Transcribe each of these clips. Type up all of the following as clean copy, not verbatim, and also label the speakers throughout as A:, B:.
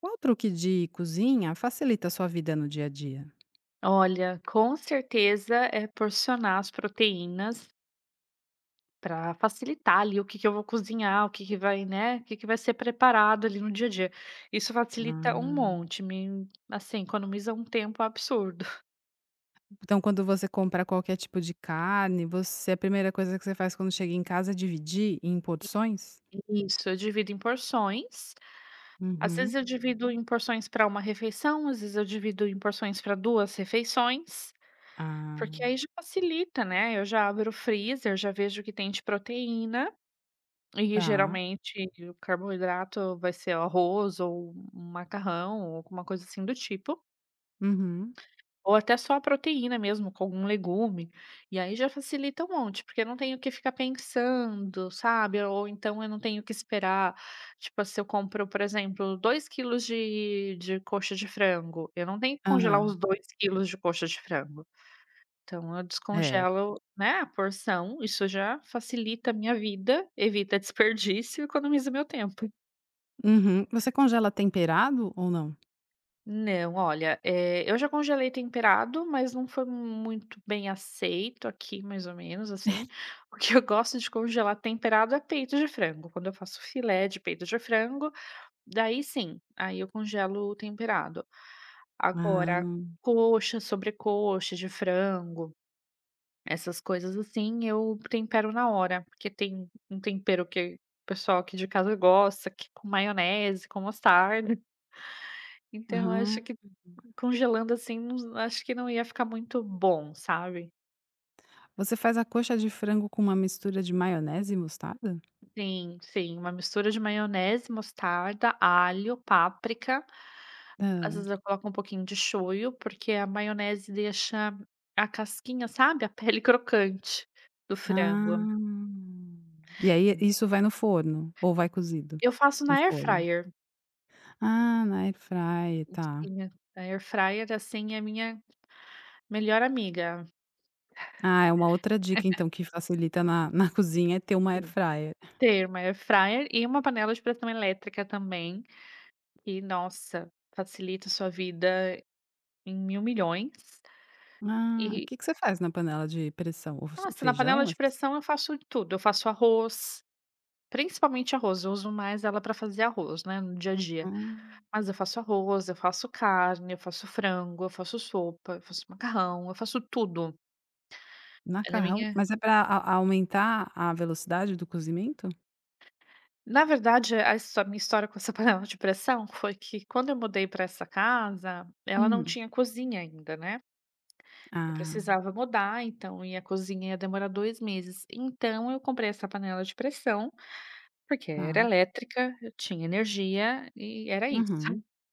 A: Qual truque de cozinha facilita a sua vida no dia a dia?
B: Olha, com certeza é porcionar as proteínas para facilitar ali o que que eu vou cozinhar, o que que vai, né, o que que vai ser preparado ali no dia a dia. Isso facilita um
A: Ah,
B: monte, me assim, economiza um tempo absurdo.
A: então quando você compra qualquer tipo de carne, você a primeira coisa que você faz quando chega em casa é dividir em porções?
B: Isso, eu divido em porções. Às vezes
A: Uhum.
B: eu divido em porções para uma refeição, às vezes eu divido em porções para duas refeições,
A: Ah,
B: porque aí já facilita, né? Eu já abro o freezer, já vejo o que tem de proteína. E
A: tá.
B: geralmente o carboidrato vai ser arroz ou um macarrão ou alguma coisa assim do tipo,
A: Uhum.
B: ou até só a proteína mesmo com algum legume, e aí já facilita um monte, porque eu não tenho que ficar pensando, sabe, ou então eu não tenho que esperar, tipo, se eu compro, por exemplo, 2 quilos de coxa de frango, eu não tenho que congelar
A: Aham.
B: os 2 quilos de coxa de frango. Então eu
A: É.
B: descongelo, né, a porção, isso já facilita a minha vida, evita desperdício e economiza meu tempo.
A: Uhum. Você congela temperado ou não?
B: Não, olha, eu já congelei temperado, mas não foi muito bem aceito aqui, mais ou menos, assim. O que eu gosto de congelar temperado é peito de frango. Quando eu faço filé de peito de frango, daí sim, aí eu congelo o temperado. Agora,
A: Ah.
B: coxa, sobrecoxa de frango, essas coisas assim, eu tempero na hora, porque tem um tempero que o pessoal aqui de casa gosta, que é com maionese, com mostarda. Então eu acho
A: Aham.
B: que congelando, assim, não acho que não ia ficar muito bom, sabe.
A: Você faz a coxa de frango com uma mistura de maionese e mostarda?
B: Sim, sim, uma mistura de maionese, mostarda, alho, páprica. Às
A: Hã.
B: vezes eu coloco um pouquinho de shoyu, porque a maionese deixa a casquinha, sabe, a pele crocante do frango.
A: Ah. E aí isso vai no forno ou vai cozido?
B: Eu faço
A: No
B: na air
A: forno.
B: fryer.
A: Ah, na air fryer, tá.
B: Sim, a air fryer, assim, é minha melhor amiga.
A: Ah, é uma outra dica então que facilita na cozinha é ter uma air
B: Sim,
A: fryer.
B: ter uma air fryer e uma panela de pressão elétrica também. E nossa, facilita a sua vida em mil milhões.
A: Ah, o
B: E
A: que que você faz na panela de pressão? O s
B: nossa, na panela
A: feijão,
B: de
A: essas
B: pressão eu faço de tudo, eu faço arroz, principalmente arroz, eu uso mais ela para fazer arroz, né, no dia a dia.
A: ah,
B: Mas eu faço arroz, eu faço carne, eu faço frango, eu faço sopa, eu faço macarrão, eu faço tudo. Ela é
A: macarrão,
B: minha
A: mas é para aumentar a velocidade do cozimento?
B: Na verdade, a histó minha história com essa panela de pressão foi que quando eu mudei para essa casa, ela não
A: Hum.
B: tinha cozinha ainda, né. Eu
A: Ah,
B: precisava mudar, então, e a cozinha ia demorar 2 meses. Então eu comprei essa panela de pressão, porque era
A: tá.
B: elétrica, eu tinha energia e era isso.
A: Uhum,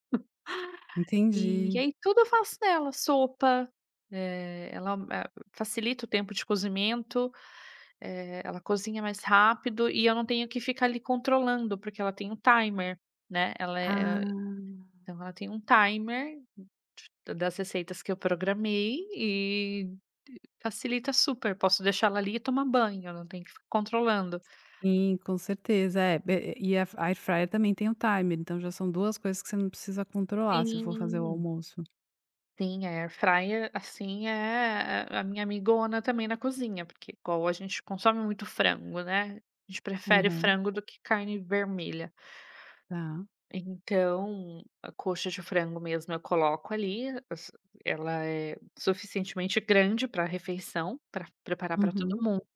B: E
A: entendi.
B: aí tudo eu faço nela, sopa, ela a facilita o tempo de cozimento, ela cozinha mais rápido e eu não tenho que ficar ali controlando, porque ela tem um timer, né,
A: Ah.
B: então ela tem um timer da das receitas que eu programei e facilita super. Posso deixar ela ali e tomar banho, não tem que ficar controlando.
A: Sim, com certeza. É, be e a air fryer também tem o timer, então já são 2 coisas que você não precisa controlar se for fazer o
B: Sim,
A: almoço.
B: sim, a air fryer, assim, é a minha amigona também na cozinha, porque igual a gente consome muito frango, né, a gente prefere
A: Aham,
B: frango do que carne vermelha.
A: tá.
B: Então, a coxa de frango mesmo eu coloco ali, as ela é suficientemente grande pra refeição, para preparar para
A: Uhum.
B: todo mundo.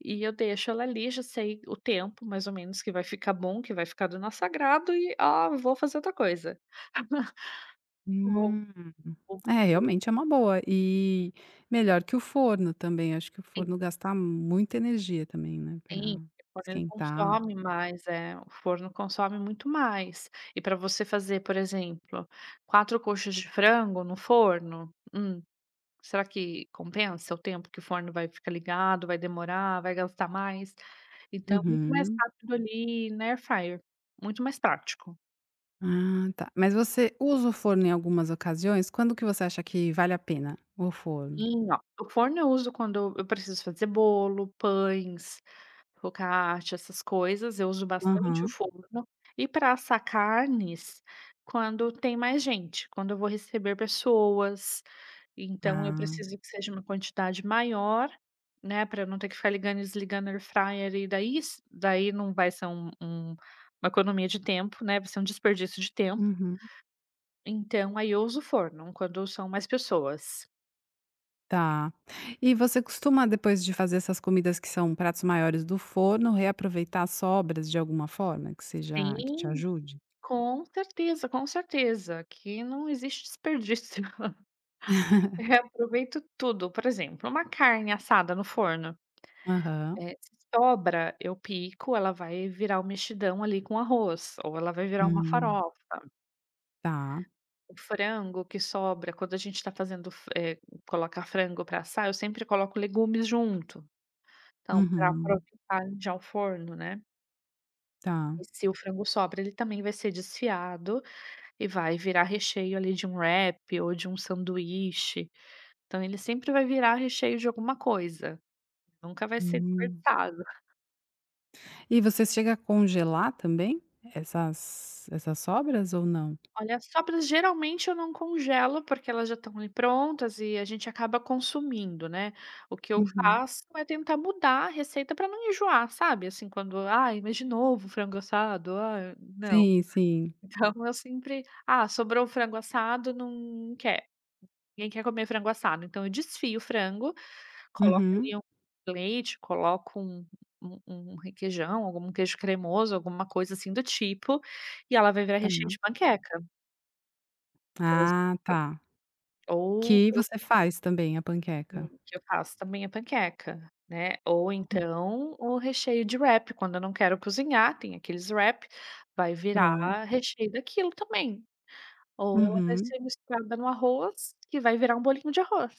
B: E eu deixo ela ali, já sei o tempo mais ou menos que vai ficar bom, que vai ficar do nosso agrado e, ah, vou fazer outra coisa. Vou
A: Hum.
B: vou
A: É,
B: vou
A: realmente é uma boa e melhor que o forno também, acho que o
B: Sim,
A: forno gasta muita energia também, né, pra
B: sim, o forno ele
A: esquentar.
B: consome mais, é, o forno consome muito mais. E para você fazer, por exemplo, 4 coxas de frango no forno, será que compensa o tempo que o forno vai ficar ligado, vai demorar, vai gastar mais? Então, é muito mais
A: Uhum.
B: rápido ali na air fryer, muito mais prático.
A: Ah, tá. Mas você usa o forno em algumas ocasiões? Quando que você acha que vale a pena o forno?
B: Sim, ó, o forno eu uso quando eu preciso fazer bolo, pães, focaccia, essas coisas, eu uso bastante o
A: Aham.
B: forno. E para assar carnes, quando tem mais gente, quando eu vou receber pessoas, então eu
A: Ah.
B: preciso que seja uma quantidade maior, né, para eu não ter que ficar ligando e desligando air fryer e daí não vai ser uma economia de tempo, né, vai ser um desperdício de tempo,
A: Uhum.
B: então aí eu uso o forno quando são mais pessoas.
A: Tá. E você costuma, depois de fazer essas comidas que são pratos maiores do forno, reaproveitar as sobras de alguma forma que seja que te
B: Sim.
A: ajude?
B: Com certeza, que não existe desperdício. Eu reaproveito tudo. Por exemplo, uma carne assada no forno,
A: Aham.
B: se sobra, eu pico, ela vai virar o mexidão ali com arroz, ou ela vai virar uma
A: Hum,
B: farofa.
A: tá.
B: O frango que sobra, quando a gente está fazendo coloca frango para assar, eu sempre coloco legumes junto, então para
A: Uhum.
B: aproveitar já o forno, né.
A: Tá.
B: E se o frango sobra, ele também vai ser desfiado e vai virar recheio ali de um wrap ou de um sanduíche. Então ele sempre vai virar recheio de alguma coisa, nunca vai ser
A: Hum.
B: desperdiçado.
A: E você chega a congelar também essas sobras ou não?
B: Olha, as sobras geralmente eu não congelo, porque elas já estão ali prontas e a gente acaba consumindo, né. O que eu
A: Uhum.
B: faço é tentar mudar a receita para não enjoar, sabe, assim, quando: "Ai, mas de novo frango assado, ai", não.
A: Sim, sim.
B: Então eu sempre: "Ah, sobrou frango assado, não quer, ninguém quer comer frango assado", então eu desfio o frango. Coloco
A: Uhum.
B: ali um leite, coloco um requeijão, algum queijo cremoso, alguma coisa assim do tipo, e ela vai virar
A: Tá.
B: recheio de panqueca, por exemplo.
A: Ah, tá.
B: Ou
A: Que
B: eu
A: você faz também a panqueca.
B: O que eu faço também é panqueca, né, ou então o recheio de wrap, quando eu não quero cozinhar, tem aqueles wrap, vai virar
A: Pronto.
B: recheio daquilo também. Ou ela vai
A: Uhum.
B: ser misturada no arroz, que vai virar um bolinho de arroz.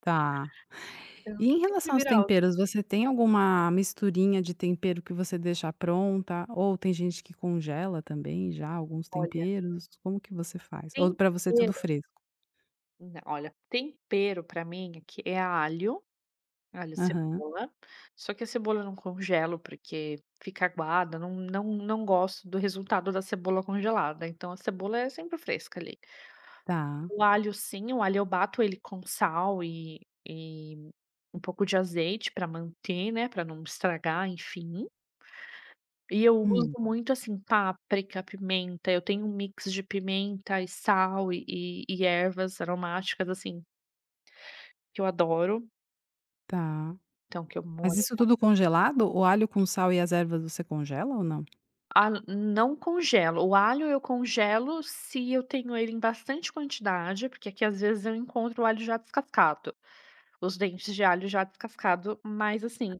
A: Tá. E
B: Então
A: em
B: sempre
A: relação aos
B: vira algo.
A: temperos, você tem alguma misturinha de tempero que você deixa pronta? Ou tem gente que congela também já alguns
B: Olha,
A: temperos? Como que você faz? Ou para você é tudo
B: tempero
A: fresco?
B: Não, olha, tempero pra mim aqui é alho, alho, e
A: Aham,
B: cebola, só que a cebola eu não congelo, porque fica aguada, não gosto do resultado da cebola congelada, então a cebola é sempre fresca ali.
A: tá.
B: O alho sim, o alho eu bato ele com sal e um pouco de azeite pra manter, né, pra não estragar, enfim. E eu uso
A: Hum,
B: muito, assim, páprica, pimenta, eu tenho um mix de pimenta e sal e ervas aromáticas, assim, que eu adoro.
A: tá.
B: Então que eu
A: Mas
B: molho
A: isso tudo congelado? O alho com sal e as ervas você congela ou não?
B: ah, Não congelo, o alho eu congelo se eu tenho ele em bastante quantidade, porque aqui às vezes eu encontro o alho já descascado, os dentes de alho já descascado, mas assim,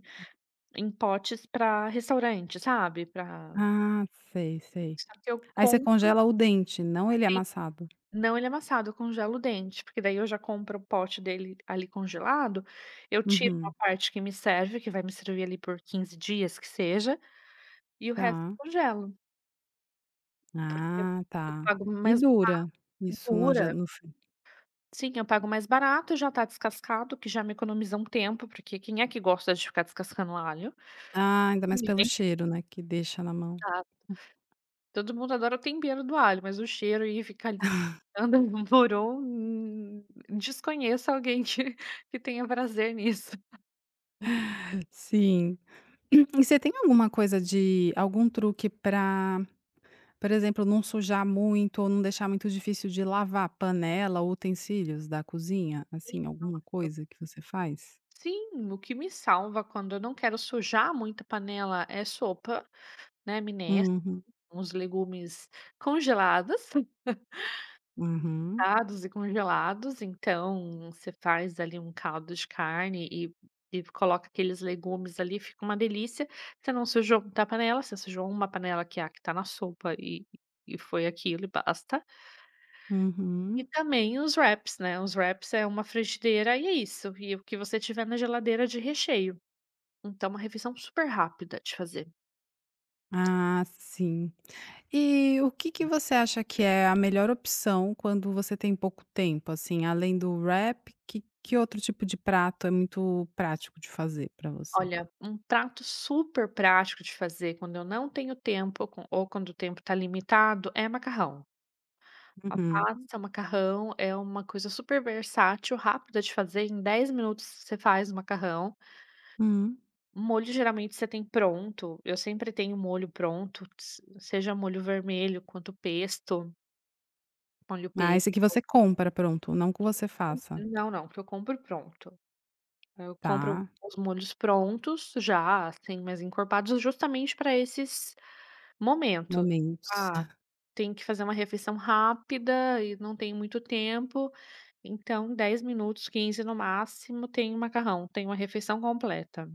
B: em potes pra restaurante, sabe. Pra
A: Ah, sei, sei.
B: só que eu
A: Aí você
B: compro
A: congela o dente, não ele amassado?
B: não ele é amassado, eu congelo o dente, porque daí eu já compro o pote dele ali congelado, eu tiro a
A: Uhum,
B: parte que me serve, que vai me servir ali por 15 dias que seja, e o resto
A: tá.
B: eu congelo, porque eu
A: Ah,
B: eu
A: tá.
B: pago
A: E
B: mais
A: dura isso no gel
B: dura.
A: no frio?
B: Sim, eu pago mais barato, já tá descascado, que já me economiza um tempo, porque quem é que gosta de ficar descascando alho?
A: Ah, ainda mais pelo
B: Ninguém
A: cheiro, né, que deixa na mão.
B: sabe. Todo mundo adora o tempero do alho, mas o cheiro e ficar ali descascando morou, desconheço alguém que tenha prazer nisso.
A: Sim. E você tem alguma coisa de algum truque para, por exemplo, não sujar muito ou não deixar muito difícil de lavar panela ou utensílios da cozinha? Assim, alguma
B: Eu
A: coisa que você faz?
B: Sim, o que me salva quando eu não quero sujar muito a panela é sopa, né, minestra,
A: Uhum,
B: uns legumes congelados,
A: uhum,
B: fritados e congelados, então você faz ali um caldo de carne e coloca aqueles legumes ali, fica uma delícia. Você não sujou muita panela, você sujou uma panela que é a que tá na sopa e foi aquilo e basta.
A: uhum.
B: E também os wraps, né, os wraps é uma frigideira e é isso, e o que você tiver na geladeira de recheio. Então uma refeição super rápida de fazer.
A: Ah, sim. E o que que você acha que é a melhor opção quando você tem pouco tempo, assim, além do wrap, que outro tipo de prato é muito prático de fazer para você?
B: Olha, um prato super prático de fazer quando eu não tenho tempo ou quando o tempo está limitado é macarrão. Uma
A: Uhum,
B: pasta, um macarrão, é uma coisa super versátil, rápida de fazer, em 10 minutos você faz o macarrão.
A: hum.
B: Molho geralmente você tem pronto, eu sempre tenho molho pronto, se seja molho vermelho quanto pesto, molho
A: Ah,
B: pesto.
A: esse aqui você compra pronto, não que você faça.
B: Não, não, que eu compro pronto. Eu compro
A: Tá,
B: os molhos prontos já, assim, mais encorpados, justamente para esses momentos.
A: momentos.
B: Ah, tem que fazer uma refeição rápida e não tem muito tempo. Então, 10 minutos, 15 no máximo, tem macarrão, tem uma refeição completa.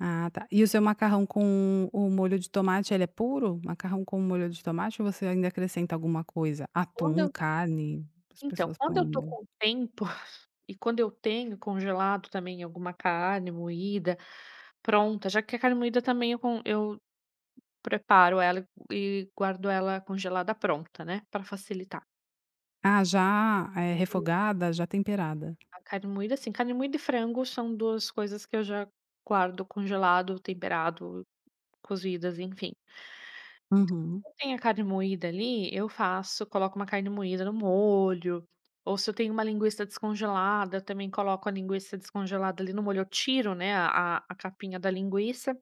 A: Ah tá. E o seu macarrão com o molho de tomate, ele é puro? Macarrão com molho de tomate ou você ainda acrescenta alguma coisa?
B: Quando
A: Atum,
B: eu
A: carne, as
B: Então,
A: pessoas
B: quando
A: põem
B: eu
A: no
B: tô
A: molho.
B: com tempo, e quando eu tenho congelado também alguma carne moída pronta, já que a carne moída também eu preparo ela e guardo ela congelada pronta, né, para facilitar.
A: Ah, já, refogada, já temperada.
B: A carne moída, assim, carne moída e frango são 2 coisas que eu já guardo congelado, temperado, cozidas, enfim. Então,
A: Uhum.
B: se eu tenho a carne moída ali, eu faço coloco uma carne moída no molho, ou se eu tenho uma linguiça descongelada, eu também coloco a linguiça descongelada ali no molho. Eu tiro, né, a capinha da linguiça,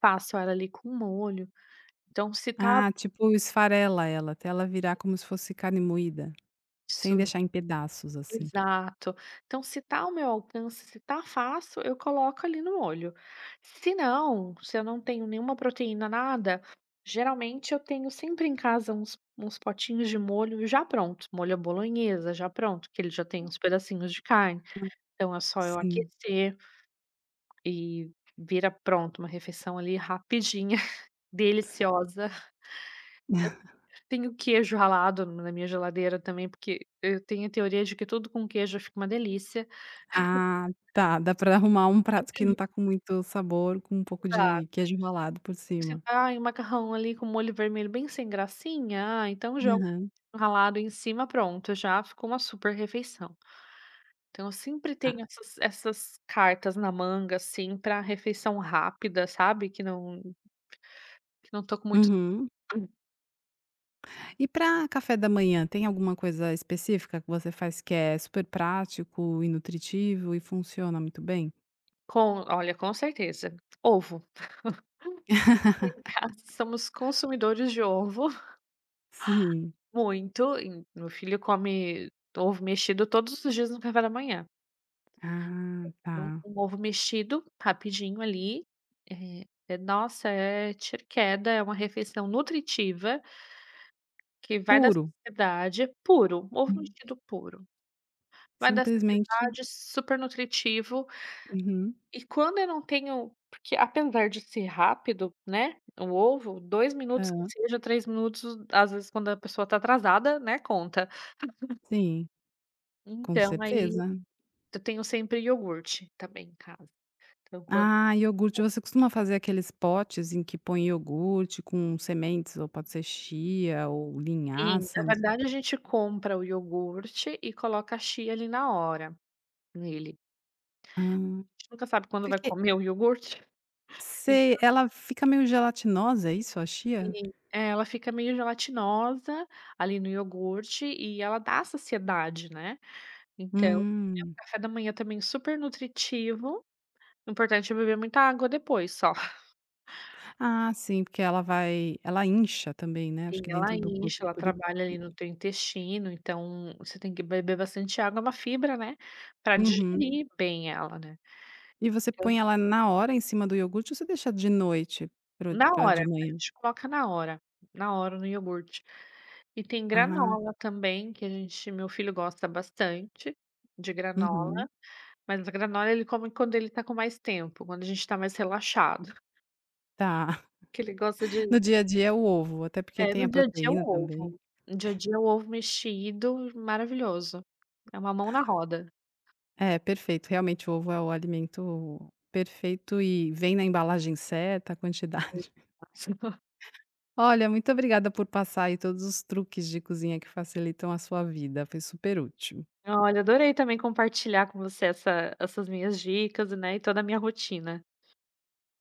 B: faço ela ali com molho. Então se tá.
A: Ah, tipo esfarela ela, até ela virar como se fosse carne moída, sem
B: Isso.
A: deixar em pedaços, assim.
B: Exato. Então, se tá ao meu alcance, se tá fácil, eu coloco ali no molho. Se não, se eu não tenho nenhuma proteína, nada, geralmente eu tenho sempre em casa uns potinhos de molho já pronto, molho à bolonhesa já pronto, que ele já tem uns pedacinhos de carne. Então é só eu
A: Sim.
B: aquecer e vira pronto, uma refeição ali rapidinha, deliciosa. Tenho queijo ralado na minha geladeira também, porque eu tenho a teoria de que tudo com queijo fica uma delícia.
A: Ah, tá, dá pra arrumar um prato que não tá com muito sabor, com um pouco de queijo ralado por
B: Você
A: cima.
B: tá E o macarrão ali com molho vermelho bem sem gracinha, ah, então joga
A: Aham,
B: o ralado em cima, pronto, já ficou uma super refeição. Então eu sempre
A: tá.
B: tenho essas cartas na manga, assim, pra refeição rápida, sabe, que não tô com muito.
A: Uhum. E pra café da manhã, tem alguma coisa específica que você faz que é super prático e nutritivo e funciona muito bem?
B: Com olha, com certeza, ovo. Em casa somos consumidores de ovo,
A: Sim.
B: muito, e meu filho come ovo mexido todos os dias no café da manhã.
A: Ah,
B: Um
A: tá.
B: um ovo mexido, rapidinho ali, é nossa, é tiro é uma refeição nutritiva, que vai da
A: Puro.
B: saciedade, puro, ovo
A: Hum.
B: mexido puro. Vai da
A: Simplesmente
B: saciedade, super nutritivo,
A: uhum.
B: e quando eu não tenho porque apesar de ser rápido, né, o ovo, 2 minutos que
A: Hã,
B: seja, 3 minutos, às vezes quando a pessoa tá atrasada, né, conta.
A: sim, com
B: Então aí
A: certeza.
B: eu tenho sempre iogurte também em casa. Então quan
A: Ah, iogurte. Você costuma fazer aqueles potes em que põe iogurte com sementes, ou pode ser chia ou
B: Sim,
A: linhaça,
B: na
A: não sei.
B: verdade a gente compra o iogurte e coloca a chia ali na hora, nele.
A: Ah,
B: A gente nunca sabe quando vai
A: porque
B: comer o iogurte,
A: sei,
B: então
A: ela fica meio gelatinosa, é isso, a chia?
B: assim, é, ela fica meio gelatinosa ali no iogurte e ela dá saciedade, né. Então, é um
A: Hum.
B: café da manhã também super nutritivo, o importante é beber muita água depois só.
A: Ah, sim, porque ela vai ela incha também, né, acho
B: Sim,
A: que
B: ela
A: dentro do corpo,
B: enche, ela
A: por isso
B: trabalha ali no teu intestino, então você tem que beber bastante água, é uma fibra, né, pra
A: Uhum.
B: digerir bem ela, né.
A: E você
B: Então,
A: põe ela na hora em cima do iogurte ou você deixa de noite
B: na
A: para o
B: hora,
A: de
B: a
A: manhã?
B: gente coloca na hora no iogurte. E tem
A: Ah,
B: granola também que a gente meu filho gosta bastante de granola,
A: uhum,
B: mas a granola ele come quando ele tá com mais tempo, quando a gente tá mais relaxado,
A: tá.
B: que ele gosta de
A: No dia a dia é o ovo, até porque
B: é,
A: tem
B: no
A: a
B: dia a dia
A: proteína
B: o
A: também.
B: ovo. No dia a dia o ovo mexido, maravilhoso. É uma mão na roda.
A: É, perfeito. Realmente, o ovo é o alimento perfeito e vem na embalagem certa, a quantidade. Olha, muito obrigada por passar aí todos os truques de cozinha que facilitam a sua vida. Foi super útil.
B: Olha, adorei também compartilhar com você essas minhas dicas, né, e toda a minha rotina.